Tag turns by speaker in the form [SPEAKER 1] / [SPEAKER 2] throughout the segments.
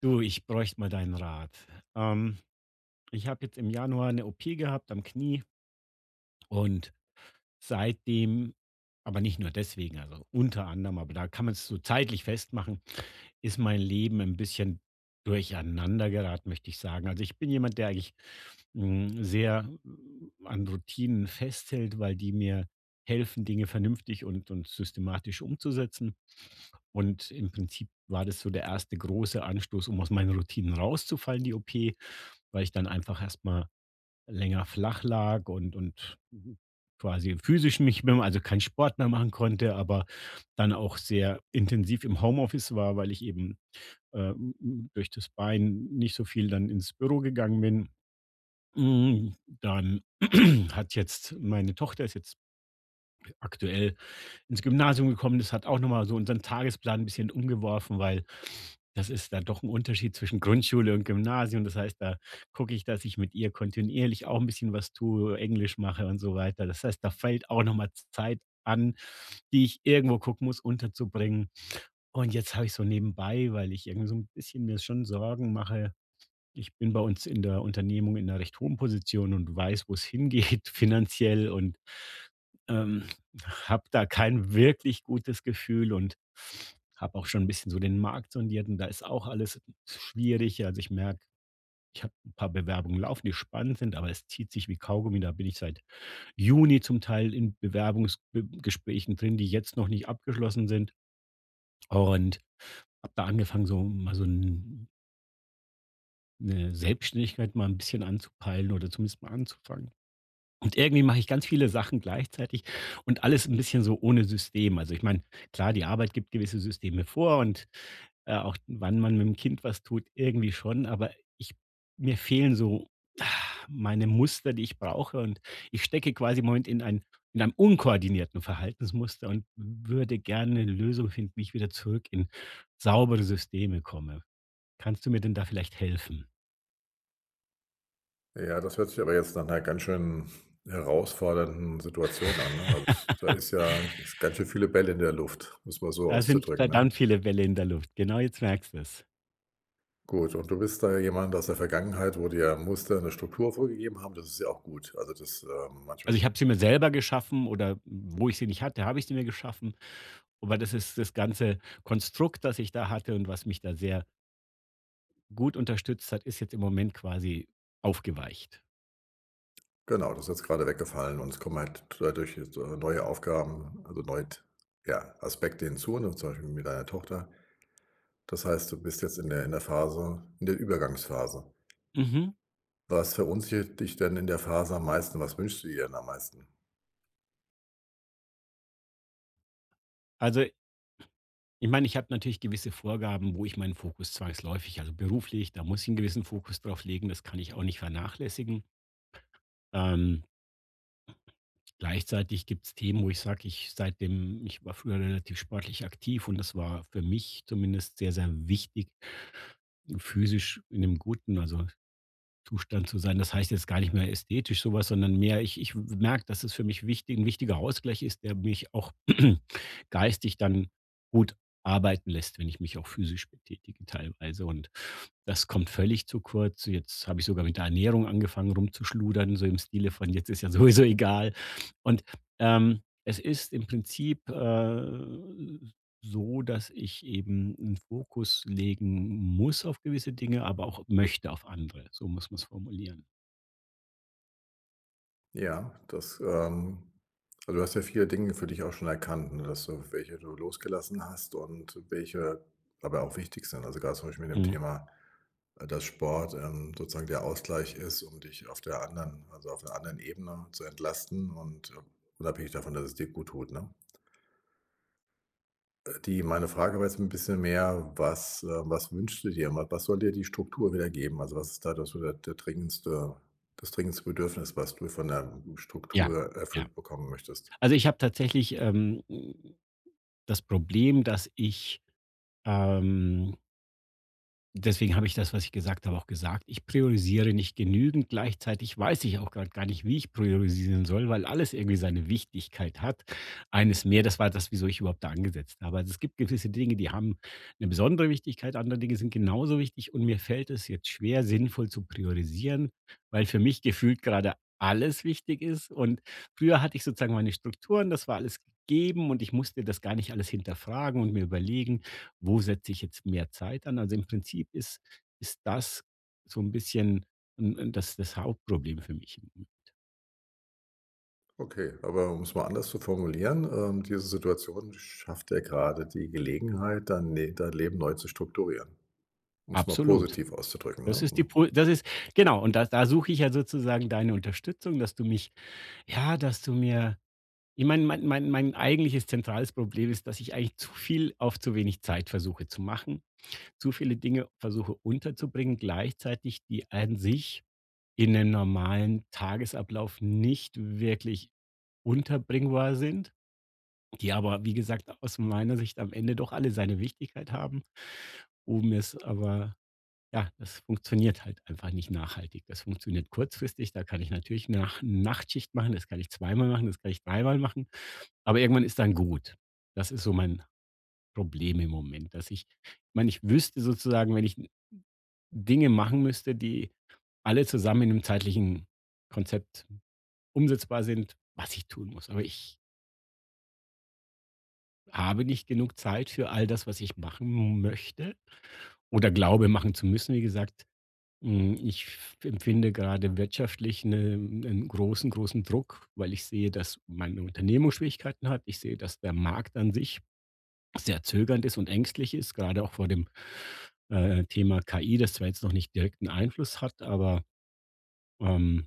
[SPEAKER 1] Du, ich bräuchte mal deinen Rat. Ähm, ich habe jetzt im Januar 'ne OP gehabt am Knie und seitdem, aber nicht nur deswegen, also unter anderem, aber da kann man es so zeitlich festmachen, ist mein Leben ein bisschen durcheinander geraten, möchte ich sagen. Also, ich bin jemand, der eigentlich, sehr, an Routinen festhält, weil die mir helfen, Dinge vernünftig und systematisch umzusetzen. Und im Prinzip war das so der erste große Anstoß, um aus meinen Routinen rauszufallen, die OP, weil ich dann einfach erstmal länger flach lag und quasi physisch mich bem also keinen Sport mehr machen konnte, aber dann auch sehr intensiv im Homeoffice war, weil ich eben, durch das Bein nicht so viel dann ins Büro gegangen bin. Dann hat jetzt meine Tochter, ist jetzt aktuell ins Gymnasium gekommen, ist, hat auch noch mal so unseren Tagesplan 'n bisschen umgeworfen, weil das ist dann doch ein Unterschied zwischen Grundschule und Gymnasium. Das heißt, da gucke ich, dass ich mit ihr kontinuierlich auch ein bisschen was tue, Englisch mache und so weiter. Das heißt, da fällt auch noch mal Zeit an, die ich irgendwo gucken muss, unterzubringen. Und jetzt habe ich so nebenbei, weil ich irgendwie so ein bisschen mir schon Sorgen mache, ich bin bei uns in der Unternehmung in einer recht hohen Position und weiß, wo es hingeht finanziell, und, ähm, habe da kein wirklich gutes Gefühl und habe auch schon ein bisschen so den Markt sondiert, und da ist auch alles schwierig. Also, ich merke, ich habe ein paar Bewerbungen laufen, die spannend sind, aber es zieht sich wie Kaugummi. Da bin ich seit Juni zum Teil in Bewerbungsgesprächen drin, die jetzt noch nicht abgeschlossen sind, und habe da angefangen, so mal eine Selbstständigkeit mal ein bisschen anzupeilen oder zumindest mal anzufangen. Und irgendwie mache ich ganz viele Sachen gleichzeitig und alles ein bisschen so ohne System. Also, ich meine, klar, die Arbeit gibt gewisse Systeme vor, und, auch wann man mit dem Kind was tut, irgendwie schon, aber ich mir fehlen so, ah, meine Muster, die ich brauche, und ich stecke quasi im Moment in einem unkoordinierten Verhaltensmuster und würde gerne 'ne Lösung finden, wie ich wieder zurück in saubere Systeme komme. Kannst du mir denn da vielleicht helfen?
[SPEAKER 2] Ja, das hört sich aber jetzt nach 'ner ganz schön herausfordernden Situation an, ne? Also, es da ist ja ist ganz schön viele Bälle in der Luft, um es mal so
[SPEAKER 1] Da sind
[SPEAKER 2] auszudrücken, ne?
[SPEAKER 1] verdammt viele Bälle in der Luft. Genau, jetzt merkst du es.
[SPEAKER 2] Gut, und du bist da jemand aus der Vergangenheit, wo dir Muster eine Struktur vorgegeben haben, das ist ja auch gut. Also, das, manchmal
[SPEAKER 1] Also, ich habe sie mir selber geschaffen, oder wo ich sie nicht hatte, habe ich sie mir geschaffen. Aber das ist das ganze Konstrukt, das ich da hatte, und was mich da sehr gut unterstützt hat, ist jetzt im Moment quasi aufgeweicht.
[SPEAKER 2] genau, das ist jetzt grade weggefallen und es kommen halt dadurch jetzt, neue Aufgaben, also, neue ja, Aspekte hinzu, ne, zum Beispiel mit deiner Tochter. Das heißt, du bist jetzt in der Phase in der Übergangsphase.
[SPEAKER 1] Mhm.
[SPEAKER 2] Was verunsichert dich denn in der Phase am meisten? Was wünschst du dir denn am meisten?
[SPEAKER 1] Also, ich meine, ich habe natürlich gewisse Vorgaben, wo ich meinen Fokus zwangsläufig, also beruflich, da muss ich einen gewissen Fokus drauf legen, das kann ich auch nicht vernachlässigen. Ähm Gleichzeitig gibt es Themen, wo ich sage, ich, seitdem, ich war früher relativ sportlich aktiv, und das war für mich zumindest sehr, sehr wichtig, physisch in 'nem guten, also Zustand zu sein. Das heißt jetzt gar nicht mehr ästhetisch sowas, sondern mehr, ich merke, dass es für mich wichtig, 'n wichtiger Ausgleich ist, der mich auch geistig dann gut arbeiten lässt, wenn ich mich auch physisch betätige teilweise. Und das kommt völlig zu kurz. Jetzt habe ich sogar mit der Ernährung angefangen rumzuschludern, so im Stile von: „Jetzt ist ja sowieso egal." Und, ähm, es ist im Prinzip, so, dass ich eben einen Fokus legen muss auf gewisse Dinge, aber auch möchte auf andere. So muss man es formulieren.
[SPEAKER 2] Ja, das, also, du hast ja viele Dinge für dich auch schon erkannt, ne, dass du welche du losgelassen hast und welche aber auch wichtig sind. Also, gerade zum Beispiel mit dem
[SPEAKER 1] Mhm.
[SPEAKER 2] Thema, dass Sport, sozusagen der Ausgleich ist, um dich auf der anderen also, auf einer anderen Ebene zu entlasten und, unabhängig davon, dass es dir gut tut, ne? Die meine Frage war jetzt ein bisschen mehr, was, was wünschst du dir? Wa was soll dir die Struktur wieder geben? Also, was ist da das so der dringendste das dringendste Bedürfnis, was du von der
[SPEAKER 1] Ja,
[SPEAKER 2] Struktur
[SPEAKER 1] ja.
[SPEAKER 2] erfüllt bekommen möchtest?
[SPEAKER 1] Also, ich habe tatsächlich, das Problem, dass ich, ähm deswegen habe ich das, was ich gesagt habe, auch gesagt. Ich priorisiere nicht genügend. Gleichzeitig weiß ich auch gerade gar nicht, wie ich priorisieren soll, weil alles irgendwie seine Wichtigkeit hat. Eines mehr, das war das, wieso ich überhaupt da angesetzt habe. Also, es gibt gewisse Dinge, die haben eine besondere Wichtigkeit, andere Dinge sind genauso wichtig, und mir fällt es jetzt schwer, sinnvoll zu priorisieren, weil für mich gefühlt gerade alles wichtig ist. Und früher hatte ich sozusagen meine Strukturen, das war alles gegeben, und ich musste das gar nicht alles hinterfragen und mir überlegen, wo setze ich jetzt mehr Zeit an. Also, im Prinzip ist das so ein bisschen, das Hauptproblem für mich.
[SPEAKER 2] Okay, aber um es mal anders zu formulieren, diese Situation schafft dir gerade die Gelegenheit, dein ne dein Leben neu zu strukturieren, um es mal
[SPEAKER 1] Absolut.
[SPEAKER 2] positiv auszudrücken, ne? Um-
[SPEAKER 1] Das ist, genau, und da suche ich ja sozusagen deine Unterstützung, dass du mich, ja, dass du mir, ich meine, mein eigentliches zentrales Problem ist, dass ich eigentlich zu viel auf zu wenig Zeit versuche zu machen, zu viele Dinge versuche unterzubringen, gleichzeitig die an sich in 'nem normalen Tagesablauf nicht wirklich unterbringbar sind, die aber, wie gesagt, aus meiner Sicht am Ende doch alle seine Wichtigkeit haben, oben ist aber, ja, das funktioniert halt einfach nicht nachhaltig. Das funktioniert kurzfristig, da kann ich natürlich eine nach Nachtschicht machen, das kann ich zweimal machen, das kann ich dreimal machen, aber irgendwann ist dann gut. Das ist so mein Problem im Moment, dass ich meine, ich wüsste sozusagen, wenn ich Dinge machen müsste, die alle zusammen in einem zeitlichen Konzept umsetzbar sind, was ich tun muss. Aber ich habe nicht genug Zeit für all das, was ich machen möchte oder glaube, machen zu müssen. Wie gesagt, ich empfinde gerade wirtschaftlich 'nen großen, großen Druck, weil ich sehe, dass meine Unternehmung Schwierigkeiten hat. Ich sehe, dass der Markt an sich sehr zögernd ist und ängstlich ist, gerade auch vor dem, Thema KI, das zwar jetzt noch nicht direkten Einfluss hat, aber, ähm,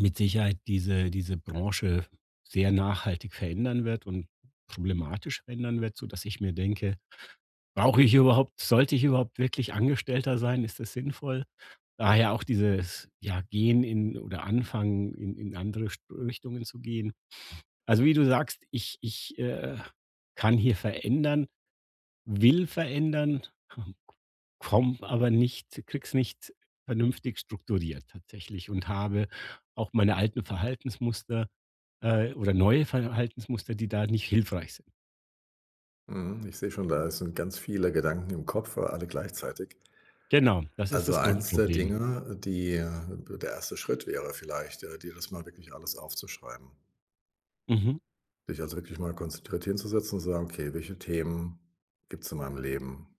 [SPEAKER 1] mit Sicherheit diese Branche sehr nachhaltig verändern wird und problematisch verändern wird, sodass ich mir denke, Brauche ich überhaupt sollte ich überhaupt wirklich Angestellter sein? Ist das sinnvoll? Daher auch dieses, ja, Gehen in, oder anfangen, in andere St Richtungen zu gehen. Also, wie du sagst, ich kann hier verändern, will verändern, komme aber nicht, kriegs nicht vernünftig strukturiert tatsächlich, und habe auch meine alten Verhaltensmuster, oder neue Verhaltensmuster, die da nicht hilfreich sind.
[SPEAKER 2] Mhm, ich sehe schon, da sind ganz viele Gedanken im Kopf, alle gleichzeitig.
[SPEAKER 1] Genau, das ist
[SPEAKER 2] Also,
[SPEAKER 1] das
[SPEAKER 2] eins der
[SPEAKER 1] Grundproblem.
[SPEAKER 2] Dinge, die der erste Schritt wäre vielleicht, dir das mal wirklich alles aufzuschreiben.
[SPEAKER 1] Mhm.
[SPEAKER 2] Dich also wirklich mal konzentriert hinzusetzen und zu sagen: „Okay, welche Themen gibt es in meinem Leben?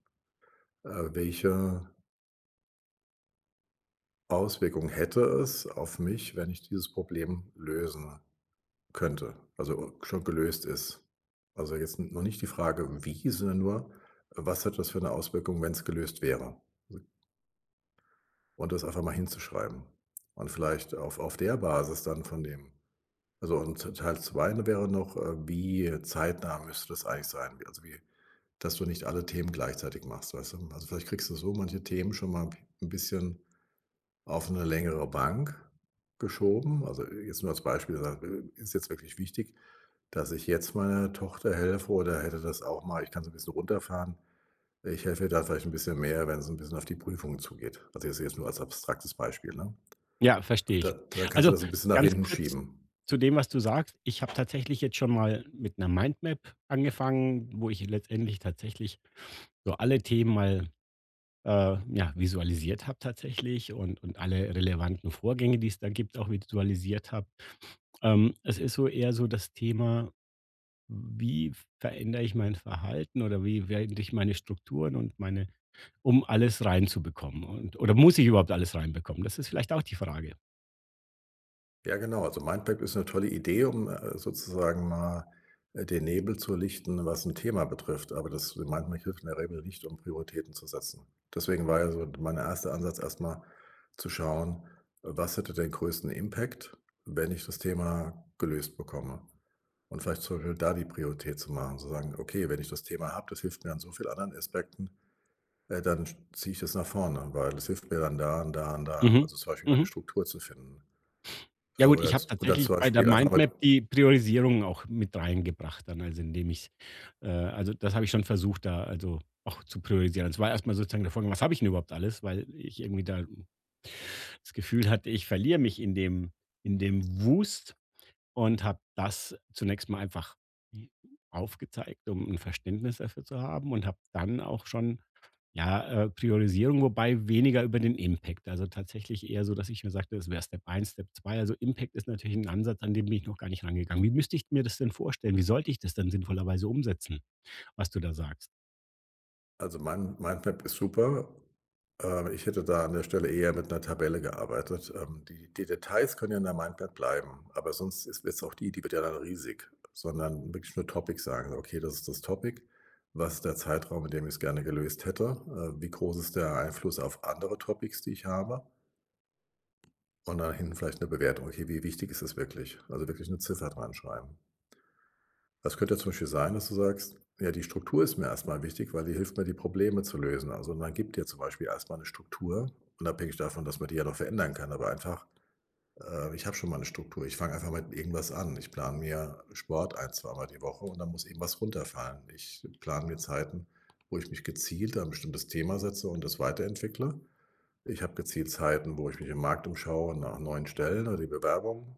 [SPEAKER 2] Welche Auswirkungen hätte es auf mich, wenn ich dieses Problem lösen könnte?“ Also, schon gelöst ist. Also, jetzt noch nicht die Frage wie, sondern nur, was hat das für eine Auswirkung, wenn es gelöst wäre? Also, und das einfach mal hinzuschreiben. Und vielleicht auf der Basis dann von dem. Also und Teil zwei, ne, wäre noch, wie zeitnah müsste das eigentlich sein? Wie also, wie dass du nicht alle Themen gleichzeitig machst, weißt du? Also, vielleicht kriegst du so manche Themen schon mal ein bisschen auf eine längere Bank geschoben. Also, jetzt nur als Beispiel, da ist jetzt wirklich wichtig, dass ich jetzt meiner Tochter helfe oder hätte das auch mal ich kann so ein bisschen runterfahren. Ich helfe ihr da vielleicht ein bisschen mehr, wenn es ein bisschen auf die Prüfungen zugeht. Also, jetzt nur als abstraktes Beispiel, ne?
[SPEAKER 1] Ja, verstehe
[SPEAKER 2] Da
[SPEAKER 1] ich.
[SPEAKER 2] dann kannst du
[SPEAKER 1] Also,
[SPEAKER 2] das ein bisschen nach
[SPEAKER 1] ganz
[SPEAKER 2] hinten
[SPEAKER 1] kurz
[SPEAKER 2] schieben.
[SPEAKER 1] zu dem, was du sagst. Ich habe tatsächlich jetzt schon mal mit einer Mindmap angefangen, wo ich letztendlich tatsächlich so alle Themen mal, ja, visualisiert habe tatsächlich, und alle relevanten Vorgänge, die es da gibt, auch visualisiert habe. Es ist so eher so das Thema: Wie verändere ich mein Verhalten oder wie verändere ich meine Strukturen und meine, um alles reinzubekommen, und oder muss ich überhaupt alles reinbekommen? Das ist vielleicht auch die Frage.
[SPEAKER 2] Ja, genau. Also Mindmap ist eine tolle Idee, um, sozusagen mal, den Nebel zu lichten, was ein Thema betrifft. Aber das Mindmap hilft in der Regel nicht, um Prioritäten zu setzen. Deswegen war ja so mein erster Ansatz erstmal zu schauen, was hätte den größten Impact, wenn ich das Thema gelöst bekomme? Und vielleicht zum Beispiel da die Priorität zu machen, zu sagen: „Okay, wenn ich das Thema habe, das hilft mir an so vielen anderen Aspekten, dann ziehe ich das nach vorne, weil es hilft mir dann da und da und da.“
[SPEAKER 1] Mhm.
[SPEAKER 2] Also zum Beispiel eine
[SPEAKER 1] Mhm.
[SPEAKER 2] Struktur zu finden.
[SPEAKER 1] Ja, gut,
[SPEAKER 2] Oder
[SPEAKER 1] ich habe
[SPEAKER 2] z oder
[SPEAKER 1] tatsächlich
[SPEAKER 2] zum
[SPEAKER 1] bei der
[SPEAKER 2] Beispiel einfach mit
[SPEAKER 1] Mindmap die Priorisierung auch mit reingebracht dann, also indem ich, also das habe ich schon versucht, da also auch zu priorisieren. Es war erst mal sozusagen der Vorgang: „Was habe ich denn überhaupt alles?" Weil ich irgendwie da das Gefühl hatte, ich verliere mich in dem Wust, und habe das zunächst mal einfach aufgezeigt, um 'n Verständnis dafür zu haben, und habe dann auch schon, ja, Priorisierung, wobei weniger über den Impact. Also tatsächlich eher so, dass ich mir sagte, das wäre Step eins, Step 2. Also Impact ist natürlich ein Ansatz, an den bin ich noch gar nicht rangegangen. Wie müsste ich mir das denn vorstellen? Wie sollte ich das dann sinnvollerweise umsetzen, was du da sagst?
[SPEAKER 2] also Mindmap ist super. Ich hätte da an der Stelle eher mit einer Tabelle gearbeitet. Die Details können ja in der Mindmap bleiben, aber sonst ist jetzt auch die die wird ja dann riesig, sondern wirklich nur Topics sagen: „Okay, das ist das Topic. Was ist der Zeitraum, in dem ich es gerne gelöst hätte? Wie groß ist der Einfluss auf andere Topics, die ich habe?“ Und dann hinten vielleicht eine Bewertung. Okay, wie wichtig ist es wirklich? Also wirklich eine Ziffer dran schreiben. Das könnte ja zum Beispiel sein, dass du sagst: „Ja, die Struktur ist mir erstmal wichtig, weil die hilft mir, die Probleme zu lösen.“ Also, man gibt dir zum Beispiel erstmal eine Struktur, unabhängig davon, dass man die ja noch verändern kann, aber einfach, „Ich habe schon mal eine Struktur. Ich fange einfach mit irgendwas an. Ich plane mir Sport ein, zweimal die Woche und dann muss eben was runterfallen. Ich plane mir Zeiten, wo ich mich gezielt an 'n bestimmtes Thema setze und das weiterentwickle. Ich habe gezielt Zeiten, wo ich mich im Markt umschaue nach neuen Stellen oder die Bewerbung,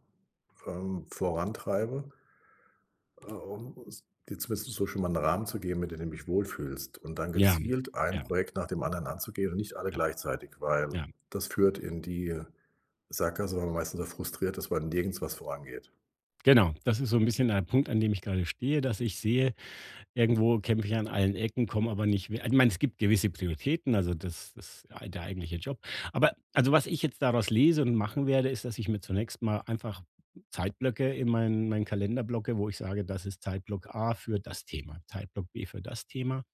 [SPEAKER 2] vorantreibe. Oh, s dir zumindest so schon mal einen Rahmen zu geben, mit dem du dich wohlfühlst und dann
[SPEAKER 1] Ja,
[SPEAKER 2] gezielt ein
[SPEAKER 1] ja,
[SPEAKER 2] Projekt nach dem anderen anzugehen und nicht alle
[SPEAKER 1] ja,
[SPEAKER 2] gleichzeitig, weil
[SPEAKER 1] ja.
[SPEAKER 2] das führt in die Sackgasse, weil man meistens so frustriert ist, weil nirgends was vorangeht.
[SPEAKER 1] Genau, das ist so ein bisschen der Punkt, an dem ich gerade stehe, dass ich sehe, irgendwo kämpfe ich an allen Ecken, komme aber nicht, we also ich meine, es gibt gewisse Prioritäten, also das der eigentliche Job. Aber also, was ich jetzt daraus lese und machen werde, ist, dass ich mir zunächst mal einfach Zeitblöcke in meinen Kalender blocke, wo ich sage: „Das ist Zeitblock A für das Thema, Zeitblock B für das Thema."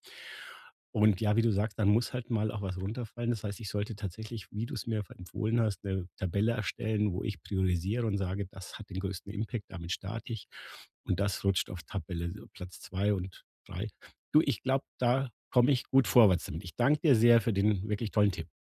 [SPEAKER 1] Und, ja, wie du sagst, dann muss halt mal auch was runterfallen. Das heißt, ich sollte tatsächlich, wie du es mir empfohlen hast, eine Tabelle erstellen, wo ich priorisiere und sage: „Das hat den größten Impact, damit starte ich, und das rutscht auf Tabelle so Platz 2 und drei." Du, ich glaube, da komme ich gut vorwärts damit. Ich danke dir sehr für den wirklich tollen Tipp.